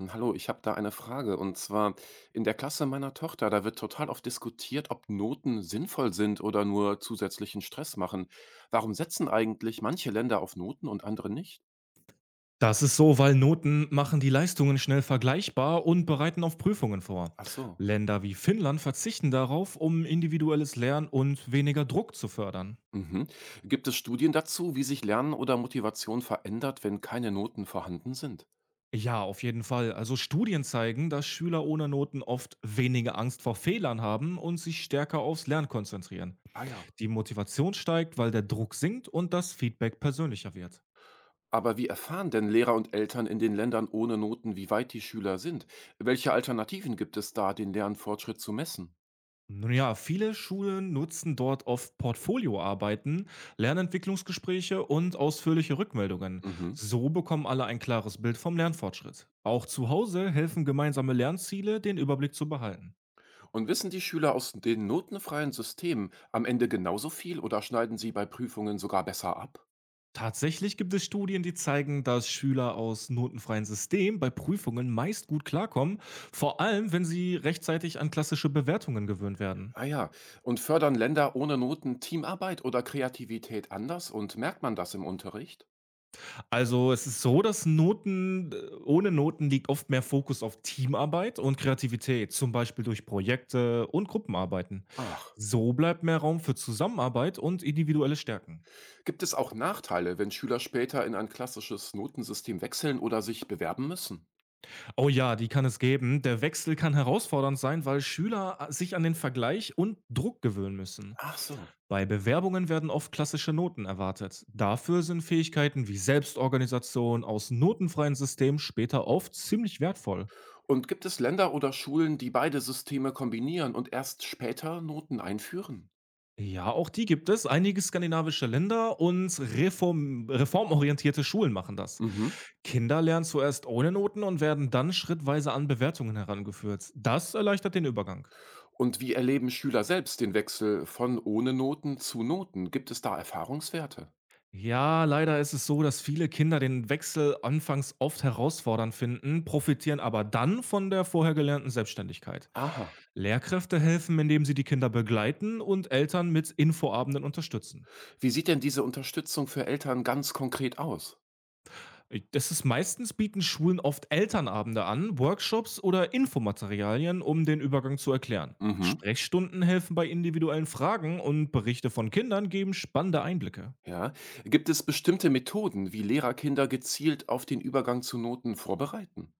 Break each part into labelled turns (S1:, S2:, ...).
S1: Hallo, ich habe da eine Frage. Und zwar in der Klasse meiner Tochter, da wird total oft diskutiert, ob Noten sinnvoll sind oder nur zusätzlichen Stress machen. Warum setzen eigentlich manche Länder auf Noten und andere nicht?
S2: Das ist so, weil Noten machen die Leistungen schnell vergleichbar und bereiten auf Prüfungen vor.
S1: Ach so.
S2: Länder wie Finnland verzichten darauf, um individuelles Lernen und weniger Druck zu fördern.
S1: Mhm. Gibt es Studien dazu, wie sich Lernen oder Motivation verändert, wenn keine Noten vorhanden sind?
S2: Ja, auf jeden Fall. Also Studien zeigen, dass Schüler ohne Noten oft weniger Angst vor Fehlern haben und sich stärker aufs Lernen konzentrieren.
S1: Ah ja.
S2: Die Motivation steigt, weil der Druck sinkt und das Feedback persönlicher wird.
S1: Aber wie erfahren denn Lehrer und Eltern in den Ländern ohne Noten, wie weit die Schüler sind? Welche Alternativen gibt es da, den Lernfortschritt zu messen?
S2: Nun ja, viele Schulen nutzen dort oft Portfolioarbeiten, Lernentwicklungsgespräche und ausführliche Rückmeldungen.
S1: Mhm.
S2: So bekommen alle ein klares Bild vom Lernfortschritt. Auch zu Hause helfen gemeinsame Lernziele, den Überblick zu behalten.
S1: Und wissen die Schüler aus den notenfreien Systemen am Ende genauso viel oder schneiden sie bei Prüfungen sogar besser ab?
S2: Tatsächlich gibt es Studien, die zeigen, dass Schüler aus notenfreien Systemen bei Prüfungen meist gut klarkommen, vor allem wenn sie rechtzeitig an klassische Bewertungen gewöhnt werden.
S1: Ah ja, und fördern Länder ohne Noten Teamarbeit oder Kreativität anders und merkt man das im Unterricht?
S2: Also, es ist so, dass Noten ohne Noten liegt oft mehr Fokus auf Teamarbeit und Kreativität, zum Beispiel durch Projekte und Gruppenarbeiten.
S1: Ach,
S2: So bleibt mehr Raum für Zusammenarbeit und individuelle Stärken.
S1: gibt es auch Nachteile, wenn Schüler später in ein klassisches Notensystem wechseln oder sich bewerben müssen?
S2: Oh ja, die kann es geben. Der Wechsel kann herausfordernd sein, weil Schüler sich an den Vergleich und Druck gewöhnen müssen.
S1: Ach so.
S2: Bei Bewerbungen werden oft klassische Noten erwartet. Dafür sind Fähigkeiten wie Selbstorganisation aus notenfreien Systemen später oft ziemlich wertvoll.
S1: Und gibt es Länder oder Schulen, die beide Systeme kombinieren und erst später Noten einführen?
S2: Ja, auch die gibt es. Einige skandinavische Länder und reformorientierte Schulen machen das.
S1: Mhm.
S2: Kinder lernen zuerst ohne Noten und werden dann schrittweise an Bewertungen herangeführt. Das erleichtert den Übergang.
S1: Und wie erleben Schüler selbst den Wechsel von ohne Noten zu Noten? Gibt es da Erfahrungswerte?
S2: Ja, leider ist es so, dass viele Kinder den Wechsel anfangs oft herausfordernd finden, profitieren aber dann von der vorher gelernten Selbstständigkeit.
S1: Aha.
S2: Lehrkräfte helfen, indem sie die Kinder begleiten und Eltern mit Infoabenden unterstützen.
S1: Wie sieht denn diese Unterstützung für Eltern ganz konkret aus?
S2: Das ist Meistens bieten Schulen oft Elternabende an, Workshops oder Infomaterialien, um den Übergang zu erklären.
S1: Mhm.
S2: Sprechstunden helfen bei individuellen Fragen und Berichte von Kindern geben spannende Einblicke.
S1: Ja. Gibt es bestimmte Methoden, wie Lehrer Kinder gezielt auf den Übergang zu Noten vorbereiten?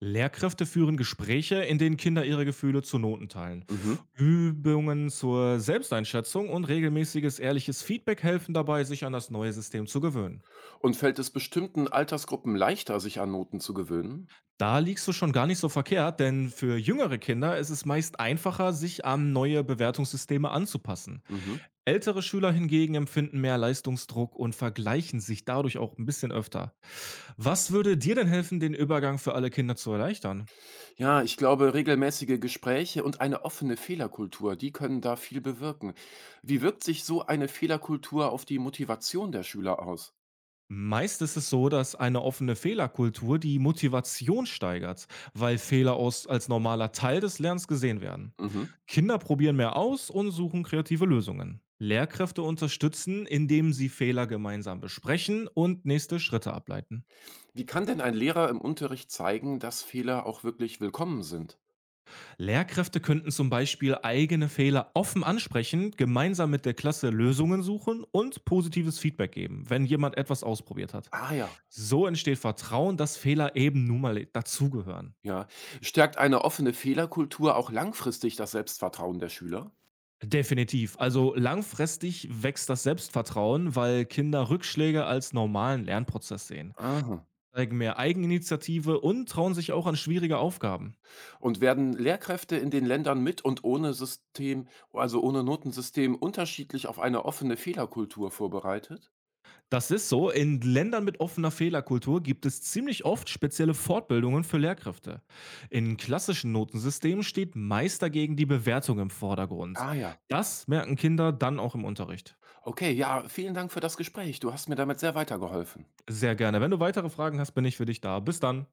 S2: Lehrkräfte führen Gespräche, in denen Kinder ihre Gefühle zu Noten teilen.
S1: Mhm.
S2: Übungen zur Selbsteinschätzung und regelmäßiges ehrliches Feedback helfen dabei, sich an das neue System zu gewöhnen.
S1: Und fällt es bestimmten Altersgruppen leichter, sich an Noten zu gewöhnen?
S2: Da liegst du schon gar nicht so verkehrt, denn für jüngere Kinder ist es meist einfacher, sich an neue Bewertungssysteme anzupassen.
S1: Mhm.
S2: Ältere Schüler hingegen empfinden mehr Leistungsdruck und vergleichen sich dadurch auch ein bisschen öfter. Was würde dir denn helfen, den Übergang für alle Kinder zu erleichtern?
S1: Ja, ich glaube, regelmäßige Gespräche und eine offene Fehlerkultur, die können da viel bewirken. Wie wirkt sich so eine Fehlerkultur auf die Motivation der Schüler aus?
S2: Meist ist es so, dass eine offene Fehlerkultur die Motivation steigert, weil Fehler aus als normaler Teil des Lernens gesehen werden.
S1: Mhm.
S2: Kinder probieren mehr aus und suchen kreative Lösungen. Lehrkräfte unterstützen, indem sie Fehler gemeinsam besprechen und nächste Schritte ableiten.
S1: Wie kann denn ein Lehrer im Unterricht zeigen, dass Fehler auch wirklich willkommen sind?
S2: Lehrkräfte könnten zum Beispiel eigene Fehler offen ansprechen, gemeinsam mit der Klasse Lösungen suchen und positives Feedback geben, wenn jemand etwas ausprobiert hat.
S1: Ah ja,
S2: So entsteht Vertrauen, dass Fehler eben nun mal dazugehören.
S1: ja. Stärkt eine offene Fehlerkultur auch langfristig das Selbstvertrauen der Schüler?
S2: Definitiv. Also langfristig wächst das Selbstvertrauen, weil Kinder Rückschläge als normalen Lernprozess sehen,
S1: Aha.
S2: zeigen mehr Eigeninitiative und trauen sich auch an schwierige Aufgaben.
S1: Und werden Lehrkräfte in den Ländern mit und ohne System, also ohne Notensystem, unterschiedlich auf eine offene Fehlerkultur vorbereitet?
S2: Das ist so. In Ländern mit offener Fehlerkultur gibt es ziemlich oft spezielle Fortbildungen für Lehrkräfte. In klassischen Notensystemen steht meist dagegen die Bewertung im Vordergrund.
S1: Ah ja.
S2: Das merken Kinder dann auch im Unterricht.
S1: Okay, ja, vielen Dank für das Gespräch. Du hast mir damit sehr weitergeholfen.
S2: Sehr gerne. Wenn du weitere Fragen hast, bin ich für dich da. Bis dann.